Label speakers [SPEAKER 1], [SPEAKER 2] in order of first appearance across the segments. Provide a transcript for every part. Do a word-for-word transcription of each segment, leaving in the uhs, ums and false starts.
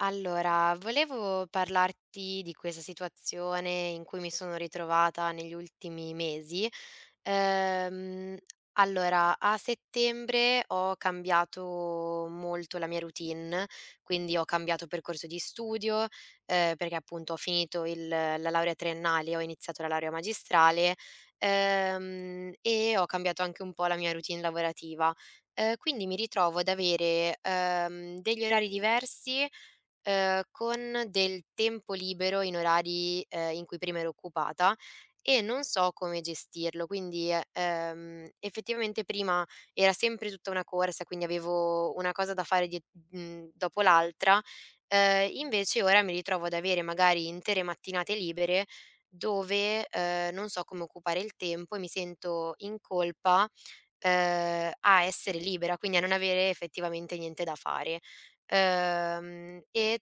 [SPEAKER 1] Allora, volevo parlarti di questa situazione in cui mi sono ritrovata negli ultimi mesi. Ehm, allora, a settembre ho cambiato molto la mia routine, quindi ho cambiato percorso di studio, eh, perché appunto ho finito il- la laurea triennale, ho iniziato la laurea magistrale, ehm, e ho cambiato anche un po' la mia routine lavorativa. Eh, quindi mi ritrovo ad avere ehm, degli orari diversi, ehm, con del tempo libero in orari ehm, in cui prima ero occupata, e non so come gestirlo. Quindi, eh, ehm, effettivamente prima era sempre tutta una corsa, quindi avevo una cosa da fare die mhmm, dopo l'altra. Ehm, invece ora mi ritrovo ad avere magari intere mattinate libere dove ehm, non so come occupare il tempo, e mi sento in colpa ehm, a essere libera, quindi a non avere effettivamente niente da fare. Ehm, e,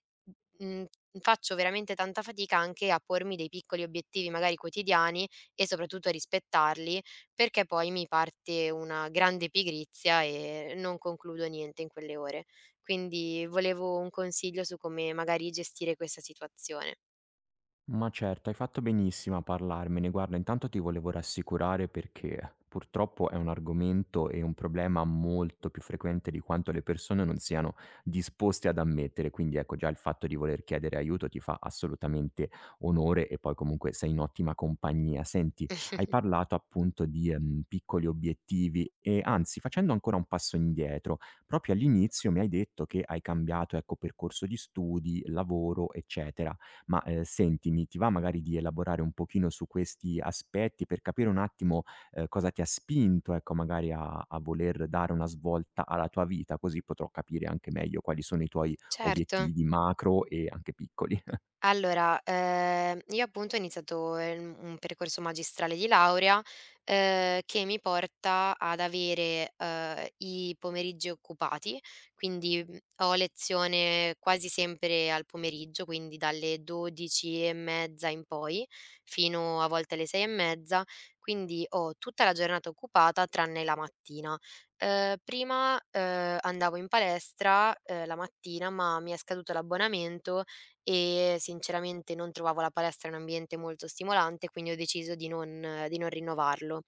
[SPEAKER 1] mhmm, Faccio veramente tanta fatica anche a pormi dei piccoli obiettivi magari quotidiani, e soprattutto a rispettarli, perché poi mi parte una grande pigrizia e non concludo niente in quelle ore. Quindi volevo un consiglio su come magari gestire questa situazione.
[SPEAKER 2] Ma certo, hai fatto benissimo a parlarmene. Guarda, intanto ti volevo rassicurare perché purtroppo è un argomento e un problema molto più frequente di quanto le persone non siano disposte ad ammettere. Quindi ecco, già il fatto di voler chiedere aiuto ti fa assolutamente onore e poi comunque sei in ottima compagnia. Senti, hai parlato appunto di ehm, piccoli obiettivi e anzi, facendo ancora un passo indietro, proprio all'inizio mi hai detto che hai cambiato, ecco, percorso di studi, lavoro, eccetera ma, ehm, sentimi, ti va magari di elaborare un pochino su questi aspetti per capire un attimo, ehm, cosa ti ha spinto, ecco, magari a a voler dare una svolta alla tua vita, così potrò capire anche meglio quali sono i tuoi
[SPEAKER 1] Certo.
[SPEAKER 2] obiettivi macro e anche piccoli.
[SPEAKER 1] Allora, ehm, io appunto ho iniziato ehm, un un percorso magistrale di laurea, ehm, che mi porta ad avere ehm, i pomeriggi occupati, quindi, mhmm, ho lezione quasi sempre al pomeriggio, quindi dalle dodici e mezza in poi, fino a volte alle sei e mezza. Quindi ho tutta la giornata occupata tranne la mattina. Ehm, prima ehm, andavo in palestra ehm, la mattina, ma mi è scaduto l'abbonamento e sinceramente non trovavo la palestra un ambiente molto stimolante, quindi ho deciso di non di non rinnovarlo.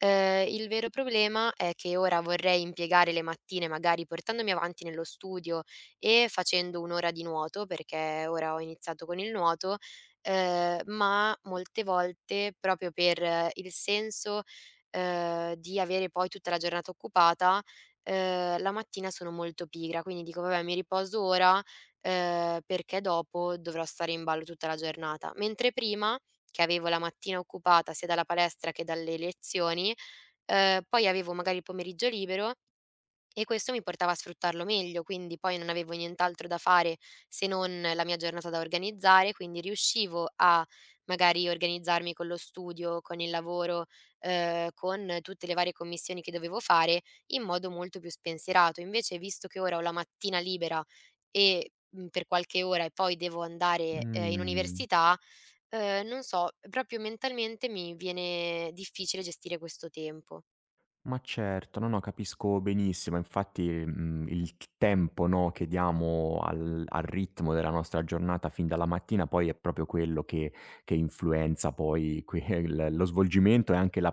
[SPEAKER 1] Ehm, il vero problema è che ora vorrei impiegare le mattine magari portandomi avanti nello studio e facendo un'ora ora di nuoto, perché ora ho iniziato con il nuoto. Ehm, ma molte volte proprio per eh, il senso ehm, di avere poi tutta la giornata occupata, ehm, la mattina sono molto pigra, quindi dico: "Vabbè, mi riposo ora, ehm, perché dopo dovrò stare in ballo tutta la giornata." Mentre prima, che avevo la mattina occupata sia dalla palestra che dalle lezioni, ehm, poi avevo magari il pomeriggio libero, e questo mi portava a sfruttarlo meglio, quindi poi non avevo nient'altro da fare se non la mia giornata da organizzare. Quindi riuscivo a magari organizzarmi con lo studio, con il lavoro, ehm, con tutte le varie commissioni che dovevo fare, in modo molto più spensierato. Invece, visto che ora ho la mattina libera e, mhmm, per qualche ora, e poi devo andare ehm, in
[SPEAKER 2] Mh.
[SPEAKER 1] università, ehm, non so, proprio mentalmente mi viene difficile gestire questo tempo.
[SPEAKER 2] Ma certo, no, no, capisco benissimo. Infatti, mhmm, il t tempo, no, che diamo al al ritmo della nostra giornata fin dalla mattina poi è proprio quello che che influenza poi quel lo svolgimento e anche la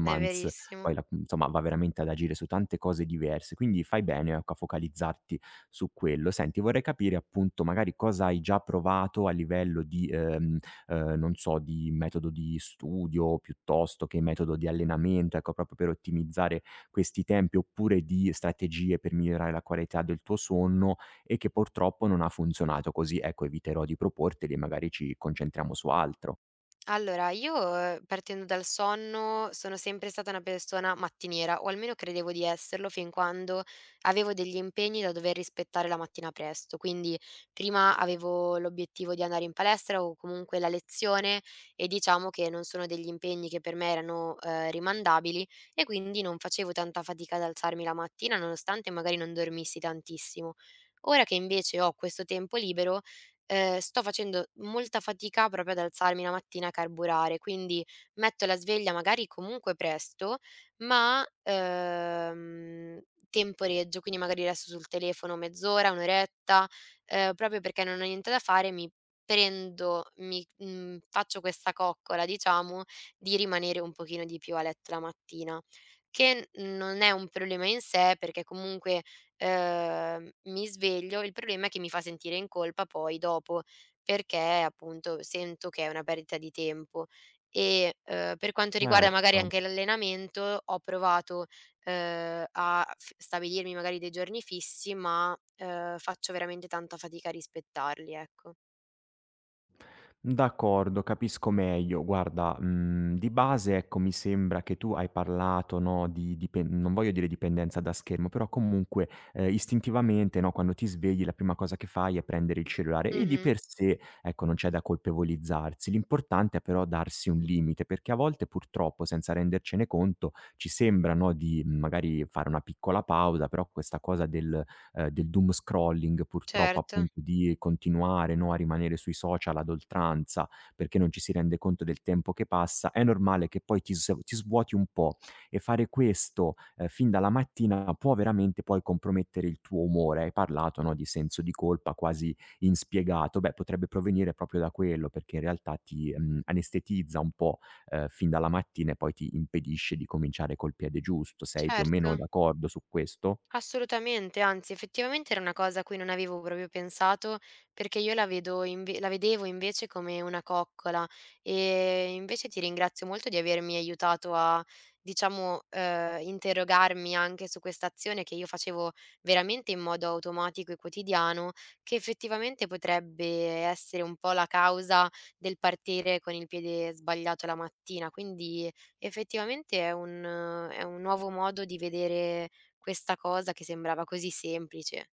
[SPEAKER 1] È verissimo.
[SPEAKER 2] poi la insomma va veramente ad agire su tante cose diverse, quindi fai bene, ecco, a focalizzarti su quello. Senti, vorrei capire appunto magari cosa hai già provato a livello di, ehm ehm, non so, di metodo di studio piuttosto che metodo di allenamento, ecco, proprio per ottimizzare questi tempi, oppure di strategie per migliorare la qualità del tuo sonno e che purtroppo non ha funzionato, così ecco eviterò di proporteli e magari ci concentriamo su altro.
[SPEAKER 1] Allora, io, ehm, partendo dal sonno, sono sempre stata una persona mattiniera, o almeno credevo di esserlo fin quando avevo degli impegni da dover rispettare la mattina presto. Quindi prima avevo l'obiettivo di andare in palestra, o comunque la lezione, e diciamo che non sono degli impegni che per me erano, ehm, rimandabili, e quindi non facevo tanta fatica ad alzarmi la mattina, nonostante magari non dormissi tantissimo. Ora che invece ho questo tempo libero, ehm, sto facendo molta fatica proprio ad alzarmi la mattina, a carburare. Quindi metto la sveglia magari comunque presto, ma ehm, temporeggio, quindi magari resto sul telefono mezz'ora, un'oretta oretta, ehm, proprio perché non ho niente da fare. Mi prendo mi mhmm, Faccio questa coccola, diciamo, di rimanere un pochino di più a letto la mattina, che non è un problema in sé, perché comunque Ehm, mi sveglio. Il problema è che mi fa sentire in colpa poi dopo, perché appunto sento che è una perdita di tempo. E, ehm, per quanto riguarda magari
[SPEAKER 2] Certo.
[SPEAKER 1] anche l'allenamento, ho provato ehm, a f stabilirmi magari dei giorni fissi, ma ehm, faccio veramente tanta fatica a rispettarli, ecco.
[SPEAKER 2] D'accordo, capisco meglio. Guarda, mhmm, di base, ecco, mi sembra che tu hai parlato, no, di dipen non voglio dire dipendenza da schermo, però comunque, ehm, istintivamente, no, quando ti svegli la prima cosa che fai è prendere il cellulare e di
[SPEAKER 1] Mh-mh.
[SPEAKER 2] per sé, ecco, non c'è da colpevolizzarsi. L'importante è però darsi un limite, perché a volte purtroppo, senza rendercene conto, ci sembra, no, di, mhmm, magari fare una piccola pausa, però questa cosa del ehm, del doom scrolling, purtroppo
[SPEAKER 1] Certo,
[SPEAKER 2] appunto di continuare, no, a rimanere sui social ad oltranza, perché non ci si rende conto del tempo che passa, è normale che poi ti sv ti svuoti un po' e fare questo, ehm, fin dalla mattina può veramente poi compromettere il tuo umore. Hai parlato, no, di senso di colpa quasi inspiegato, beh potrebbe provenire proprio da quello, perché in realtà ti, mhmm, anestetizza un po', ehm, fin dalla mattina e poi ti impedisce di cominciare col piede giusto. Sei più o meno
[SPEAKER 1] certo.
[SPEAKER 2] d'accordo su questo?
[SPEAKER 1] Assolutamente, anzi effettivamente era una cosa a cui non avevo proprio pensato, perché io la vedo inve la vedevo invece come una coccola. Ehm, invece ti ringrazio molto di avermi aiutato a, diciamo, ehm, interrogarmi anche su quest'azione che io facevo veramente in modo automatico e quotidiano, che effettivamente potrebbe essere un po' la causa del partire con il piede sbagliato la mattina. Quindi effettivamente è un è un nuovo modo di vedere questa cosa che sembrava così semplice.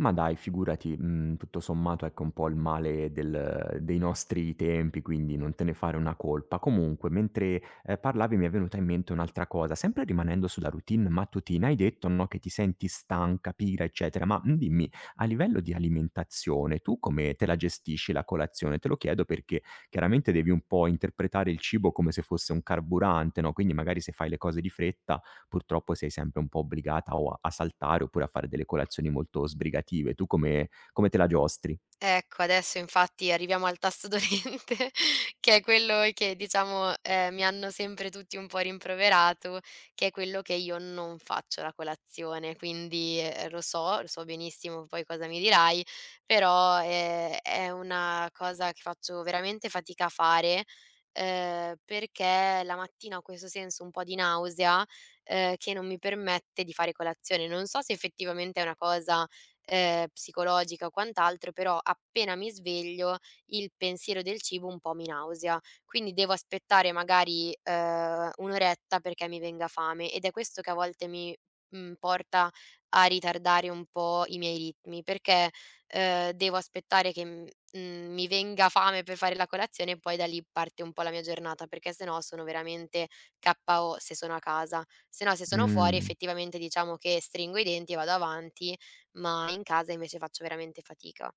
[SPEAKER 2] Ma dai, figurati, mhmm, tutto sommato ecco un po' il male del dei nostri tempi, quindi non te ne fare una colpa. Comunque mentre, ehm, parlavi mi è venuta in mente un'altra cosa, sempre rimanendo sulla routine mattutina, hai detto, no, che ti senti stanca, pigra, eccetera, ma, mhmm, dimmi, a livello di alimentazione tu come te la gestisci la colazione? Te lo chiedo perché chiaramente devi un po' interpretare il cibo come se fosse un carburante, no, quindi magari se fai le cose di fretta purtroppo sei sempre un po' obbligata o a a saltare oppure a fare delle colazioni molto sbrigative. Tu come come te la giostri?
[SPEAKER 1] Ecco, adesso infatti arriviamo al tasto dolente, che è quello che, diciamo, ehm, mi hanno sempre tutti un po' rimproverato, che è quello che io non faccio la colazione. Quindi ehm, lo so, lo so benissimo poi cosa mi dirai, però ehm, è una cosa che faccio veramente fatica a fare, ehm, perché la mattina ho questo senso un po' di nausea, ehm, che non mi permette di fare colazione. Non so se effettivamente è una cosa ehm, psicologica o quant'altro, però appena mi sveglio il pensiero del cibo un po' mi nausea, quindi devo aspettare magari ehm, un'oretta oretta perché mi venga fame, ed è questo che a volte mi mhmm, porta a ritardare un po' i miei ritmi, perché ehm, devo aspettare che mhmm, mhmm, mi venga fame per fare la colazione, e poi da lì parte un po' la mia giornata, perché se no sono veramente K O se sono a casa. Se no, se sono fuori,
[SPEAKER 2] Mh.
[SPEAKER 1] effettivamente diciamo che stringo i denti e vado avanti, ma in casa invece faccio veramente fatica.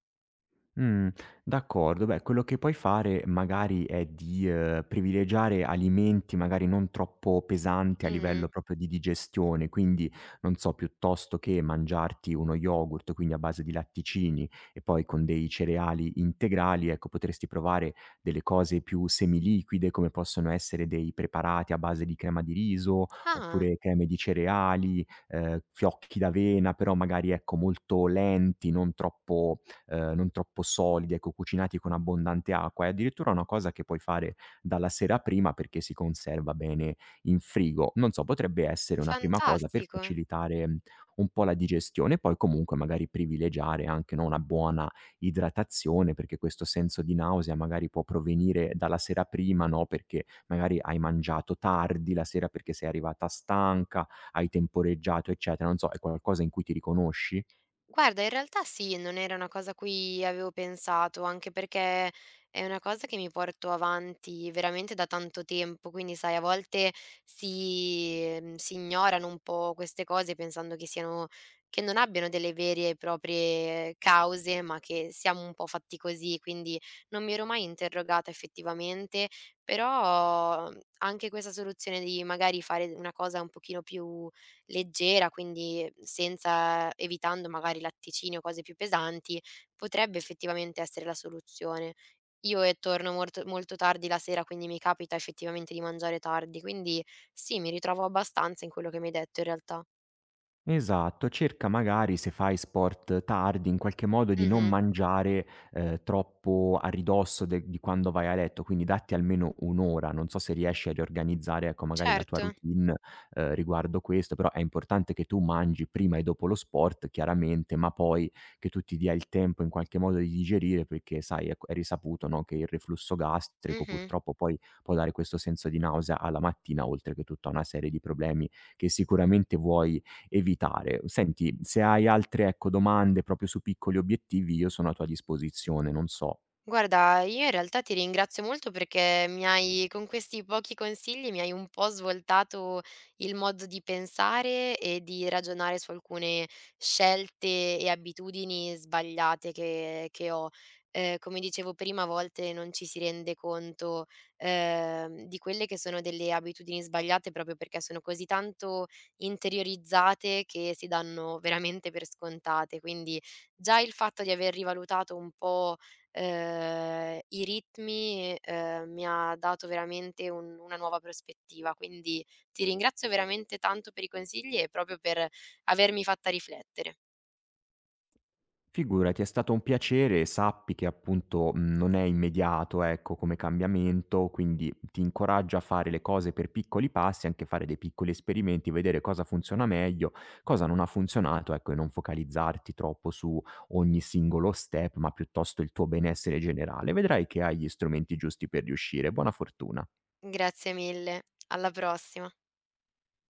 [SPEAKER 2] Mh, d'accordo. Beh, quello che puoi fare magari è di, ehm, privilegiare alimenti magari non troppo pesanti a
[SPEAKER 1] Mh-mh.
[SPEAKER 2] livello proprio di digestione, quindi non so, piuttosto che mangiarti uno yogurt, quindi a base di latticini e poi con dei cereali integrali, ecco, potresti provare delle cose più semiliquide, come possono essere dei preparati a base di crema di riso,
[SPEAKER 1] Ah,
[SPEAKER 2] oppure creme di cereali, ehm, fiocchi d'avena, però magari, ecco, molto lenti, non troppo ehm, non troppo solidi, ecco, cucinati con abbondante acqua. È addirittura una cosa che puoi fare dalla sera prima perché si conserva bene in frigo. Non so, potrebbe essere una prima cosa per
[SPEAKER 1] fantastico.
[SPEAKER 2] facilitare, mhmm, un po' la digestione e poi comunque magari privilegiare anche, no, una buona idratazione, perché questo senso di nausea magari può provenire dalla sera prima, no, perché magari hai mangiato tardi la sera perché sei arrivata stanca, hai temporeggiato, eccetera. Non so, è qualcosa in cui ti riconosci?
[SPEAKER 1] Guarda, in realtà sì, non era una cosa a cui avevo pensato, anche perché è una cosa che mi porto avanti veramente da tanto tempo, quindi sai, a volte si, ehm, si ignorano un po' queste cose pensando che siano, che non abbiano delle vere e proprie cause, ma che siamo un po' fatti così, quindi non mi ero mai interrogata effettivamente, però mm, anche questa soluzione di magari fare una cosa un pochino più leggera, quindi senza, evitando magari latticini o cose più pesanti, potrebbe effettivamente essere la soluzione. Io, ehm, torno mort molto tardi la sera, quindi mi capita effettivamente di mangiare tardi, quindi sì, mi ritrovo abbastanza in quello che mi hai detto, in realtà.
[SPEAKER 2] Esatto, cerca magari se fai sport tardi, in qualche modo di non
[SPEAKER 1] Mh-mh.
[SPEAKER 2] mangiare, ehm, troppo a ridosso de di quando vai a letto, quindi datti almeno un' ora. Non so se riesci a riorganizzare, ecco, magari la tua
[SPEAKER 1] Certo.
[SPEAKER 2] routine, ehm, riguardo questo, però è importante che tu mangi prima e dopo lo sport chiaramente, ma poi che tu ti dia il tempo in qualche modo di digerire, perché sai, ecco, è risaputo, no, che il reflusso gastrico
[SPEAKER 1] Mh-mh.
[SPEAKER 2] purtroppo poi può dare questo senso di nausea alla mattina, oltre che tutta una serie di problemi che sicuramente vuoi evitare. Senti, se hai altre, ecco, domande proprio su piccoli obiettivi, io sono a tua disposizione, non so.
[SPEAKER 1] Guarda, io in realtà ti ringrazio molto, perché mi hai, con questi pochi consigli, mi hai un po' svoltato il modo di pensare e di ragionare su alcune scelte e abitudini sbagliate che che ho. Ehm, come dicevo prima, a volte non ci si rende conto ehm, di quelle che sono delle abitudini sbagliate, proprio perché sono così tanto interiorizzate che si danno veramente per scontate. Quindi già il fatto di aver rivalutato un po' ehm, i ritmi, ehm, mi ha dato veramente un una nuova prospettiva. Quindi ti ringrazio veramente tanto per i consigli e proprio per avermi fatta riflettere.
[SPEAKER 2] Figurati, è stato un piacere e sappi che appunto, mhmm, non è immediato, ecco, come cambiamento, quindi ti incoraggio a fare le cose per piccoli passi, anche fare dei piccoli esperimenti, vedere cosa funziona meglio, cosa non ha funzionato, ecco, e non focalizzarti troppo su ogni singolo step, ma piuttosto il tuo benessere generale. Vedrai che hai gli strumenti giusti per riuscire. Buona fortuna.
[SPEAKER 1] Grazie mille, alla prossima.